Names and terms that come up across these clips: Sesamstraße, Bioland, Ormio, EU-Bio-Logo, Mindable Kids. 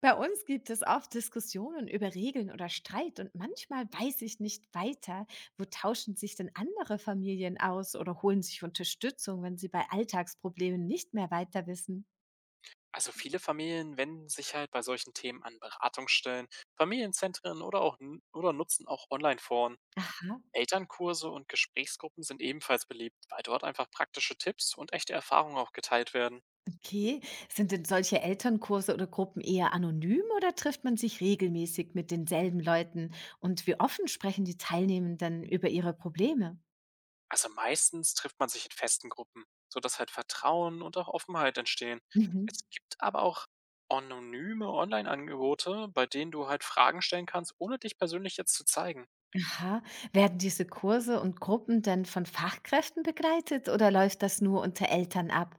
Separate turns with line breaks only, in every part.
Bei uns gibt es oft Diskussionen über Regeln oder Streit und manchmal weiß ich nicht weiter. Wo tauschen sich denn andere Familien aus oder holen sich Unterstützung, wenn sie bei Alltagsproblemen nicht mehr weiter wissen?
Also viele Familien wenden sich halt bei solchen Themen an Beratungsstellen, Familienzentren oder auch n- oder nutzen auch Online-Foren.
Aha,
Elternkurse und Gesprächsgruppen sind ebenfalls beliebt, weil dort einfach praktische Tipps und echte Erfahrungen auch geteilt werden.
okay. Sind denn solche Elternkurse oder Gruppen eher anonym oder trifft man sich regelmäßig mit denselben Leuten? Und wie offen sprechen die Teilnehmenden über ihre Probleme?
Also meistens trifft man sich in festen Gruppen, sodass halt Vertrauen und auch Offenheit entstehen.
Mhm.
Es gibt aber auch anonyme Online-Angebote, bei denen du halt Fragen stellen kannst, ohne dich persönlich jetzt zu zeigen.
Aha. Werden diese Kurse und Gruppen denn von Fachkräften begleitet oder läuft das nur unter Eltern ab?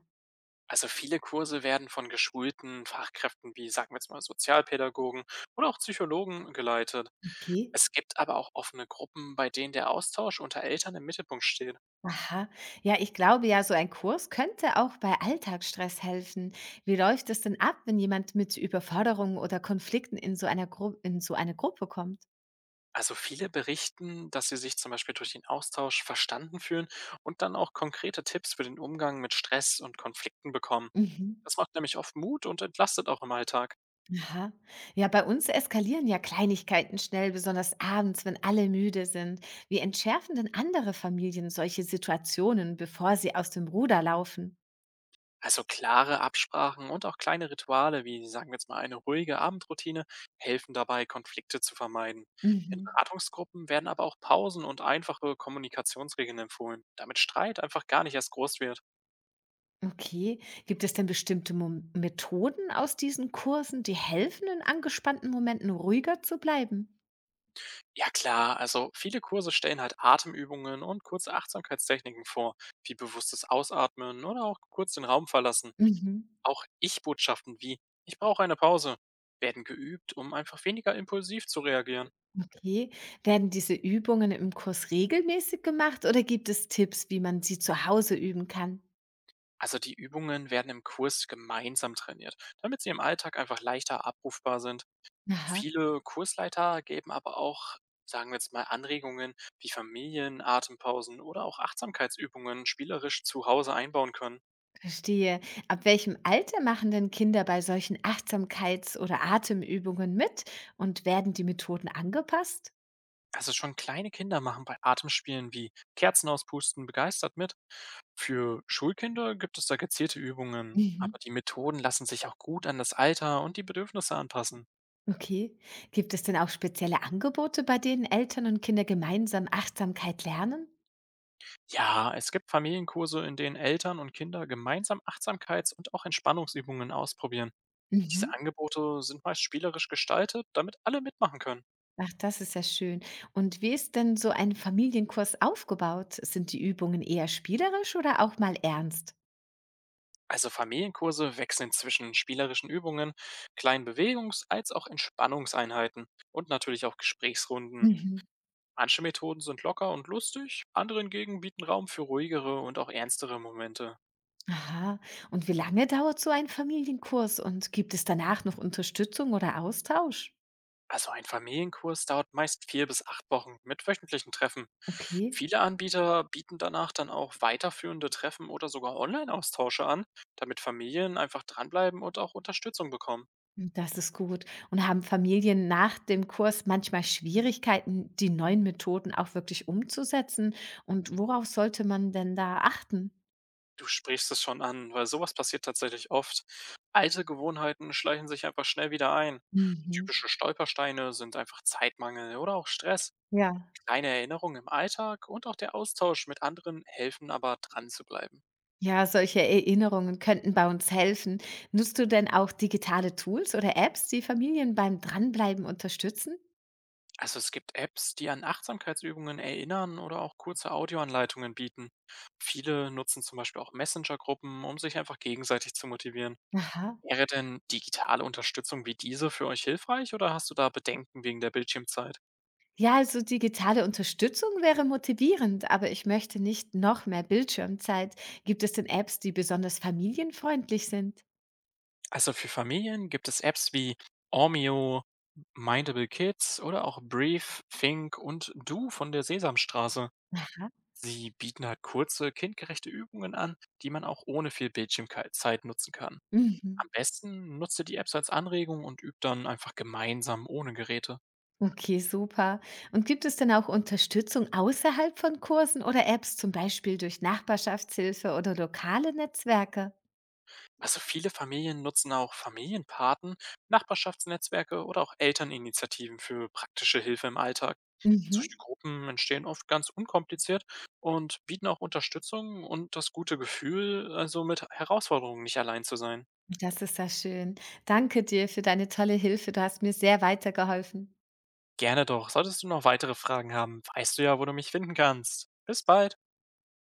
Also viele Kurse werden von geschulten Fachkräften wie, sagen wir jetzt mal, Sozialpädagogen oder auch Psychologen geleitet.
Okay.
Es gibt aber auch offene Gruppen, bei denen der Austausch unter Eltern im Mittelpunkt steht.
Aha. Ja, ich glaube ja, so ein Kurs könnte auch bei Alltagsstress helfen. Wie läuft es denn ab, wenn jemand mit Überforderungen oder Konflikten in so einer Gru in so eine Gruppe kommt?
Also viele berichten, dass sie sich zum Beispiel durch den Austausch verstanden fühlen und dann auch konkrete Tipps für den Umgang mit Stress und Konflikten bekommen.
Mhm.
Das macht nämlich oft Mut und entlastet auch im Alltag.
Aha. Ja, bei uns eskalieren ja Kleinigkeiten schnell, besonders abends, wenn alle müde sind. Wie entschärfen denn andere Familien solche Situationen, bevor sie aus dem Ruder laufen?
Also klare Absprachen und auch kleine Rituale, wie sagen wir jetzt mal eine ruhige Abendroutine, helfen dabei, Konflikte zu vermeiden. In
Mhm.
Beratungsgruppen werden aber auch Pausen und einfache Kommunikationsregeln empfohlen, damit Streit einfach gar nicht erst groß wird.
Okay. Gibt es denn bestimmte Mom Methoden aus diesen Kursen, die helfen, in angespannten Momenten ruhiger zu bleiben?
Ja klar, also viele Kurse stellen halt Atemübungen und kurze Achtsamkeitstechniken vor, wie bewusstes Ausatmen oder auch kurz den Raum verlassen.
Mhm,
Auch Ich-Botschaften wie "Ich brauche eine Pause" werden geübt, um einfach weniger impulsiv zu reagieren.
okay. Werden diese Übungen im Kurs regelmäßig gemacht oder gibt es Tipps, wie man sie zu Hause üben kann?
Also die Übungen werden im Kurs gemeinsam trainiert, damit sie im Alltag einfach leichter abrufbar sind.
Aha,
Viele Kursleiter geben aber auch, sagen wir jetzt mal, Anregungen, wie Familien Atempausen oder auch Achtsamkeitsübungen spielerisch zu Hause einbauen können.
verstehe. Ab welchem Alter machen denn Kinder bei solchen Achtsamkeits- oder Atemübungen mit und werden die Methoden angepasst?
Also schon kleine Kinder machen bei Atemspielen wie Kerzen auspusten begeistert mit. Für Schulkinder gibt es da gezielte Übungen,
Mhm.
aber die Methoden lassen sich auch gut an das Alter und die Bedürfnisse anpassen.
Okay. Gibt es denn auch spezielle Angebote, bei denen Eltern und Kinder gemeinsam Achtsamkeit lernen?
Ja, es gibt Familienkurse, in denen Eltern und Kinder gemeinsam Achtsamkeits- und auch Entspannungsübungen ausprobieren. Diese
Mhm.
Angebote sind meist spielerisch gestaltet, damit alle mitmachen können.
Ach, das ist ja schön. Und wie ist denn so ein Familienkurs aufgebaut? Sind die Übungen eher spielerisch oder auch mal ernst?
Also Familienkurse wechseln zwischen spielerischen Übungen, kleinen Bewegungs- als auch Entspannungseinheiten und natürlich auch Gesprächsrunden.
Mhm.
Manche Methoden sind locker und lustig, andere hingegen bieten Raum für ruhigere und auch ernstere Momente.
Aha. Und wie lange dauert so ein Familienkurs? Und gibt es danach noch Unterstützung oder Austausch?
Also ein Familienkurs dauert meist 4 bis 8 Wochen mit wöchentlichen Treffen.
Okay.
Viele Anbieter bieten danach dann auch weiterführende Treffen oder sogar Online-Austausche an, damit Familien einfach dranbleiben und auch Unterstützung bekommen.
Das ist gut. Und haben Familien nach dem Kurs manchmal Schwierigkeiten, die neuen Methoden auch wirklich umzusetzen? Und worauf sollte man denn da achten?
Du sprichst es schon an, weil sowas passiert tatsächlich oft. Alte Gewohnheiten schleichen sich einfach schnell wieder ein.
Mhm.
Typische Stolpersteine sind einfach Zeitmangel oder auch Stress.
Ja.
Kleine Erinnerungen im Alltag und auch der Austausch mit anderen helfen aber dran zu bleiben.
Ja, solche Erinnerungen könnten bei uns helfen. Nutzt du denn auch digitale Tools oder Apps, die Familien beim Dranbleiben unterstützen?
Also es gibt Apps, die an Achtsamkeitsübungen erinnern oder auch kurze Audioanleitungen bieten. Viele nutzen zum Beispiel auch Messenger-Gruppen, um sich einfach gegenseitig zu motivieren.
Aha.
Wäre denn digitale Unterstützung wie diese für euch hilfreich oder hast du da Bedenken wegen der Bildschirmzeit?
Ja, also digitale Unterstützung wäre motivierend, aber ich möchte nicht noch mehr Bildschirmzeit. Gibt es denn Apps, die besonders familienfreundlich sind?
Also für Familien gibt es Apps wie Ormio, Mindable Kids oder auch Brief, Think und Du von der Sesamstraße.
Aha.
Sie bieten halt kurze, kindgerechte Übungen an, die man auch ohne viel Bildschirmzeit nutzen kann.
Mhm.
Am besten nutzt ihr die Apps als Anregung und übt dann einfach gemeinsam ohne Geräte.
Okay, super. Und gibt es denn auch Unterstützung außerhalb von Kursen oder Apps, zum Beispiel durch Nachbarschaftshilfe oder lokale Netzwerke?
Also viele Familien nutzen auch Familienpaten, Nachbarschaftsnetzwerke oder auch Elterninitiativen für praktische Hilfe im Alltag.
Mhm.
Solche Gruppen entstehen oft ganz unkompliziert und bieten auch Unterstützung und das gute Gefühl, also mit Herausforderungen nicht allein zu sein.
Das ist ja schön. Danke dir für deine tolle Hilfe. Du hast mir sehr weitergeholfen.
Gerne doch. Solltest du noch weitere Fragen haben, weißt du ja, wo du mich finden kannst. Bis bald.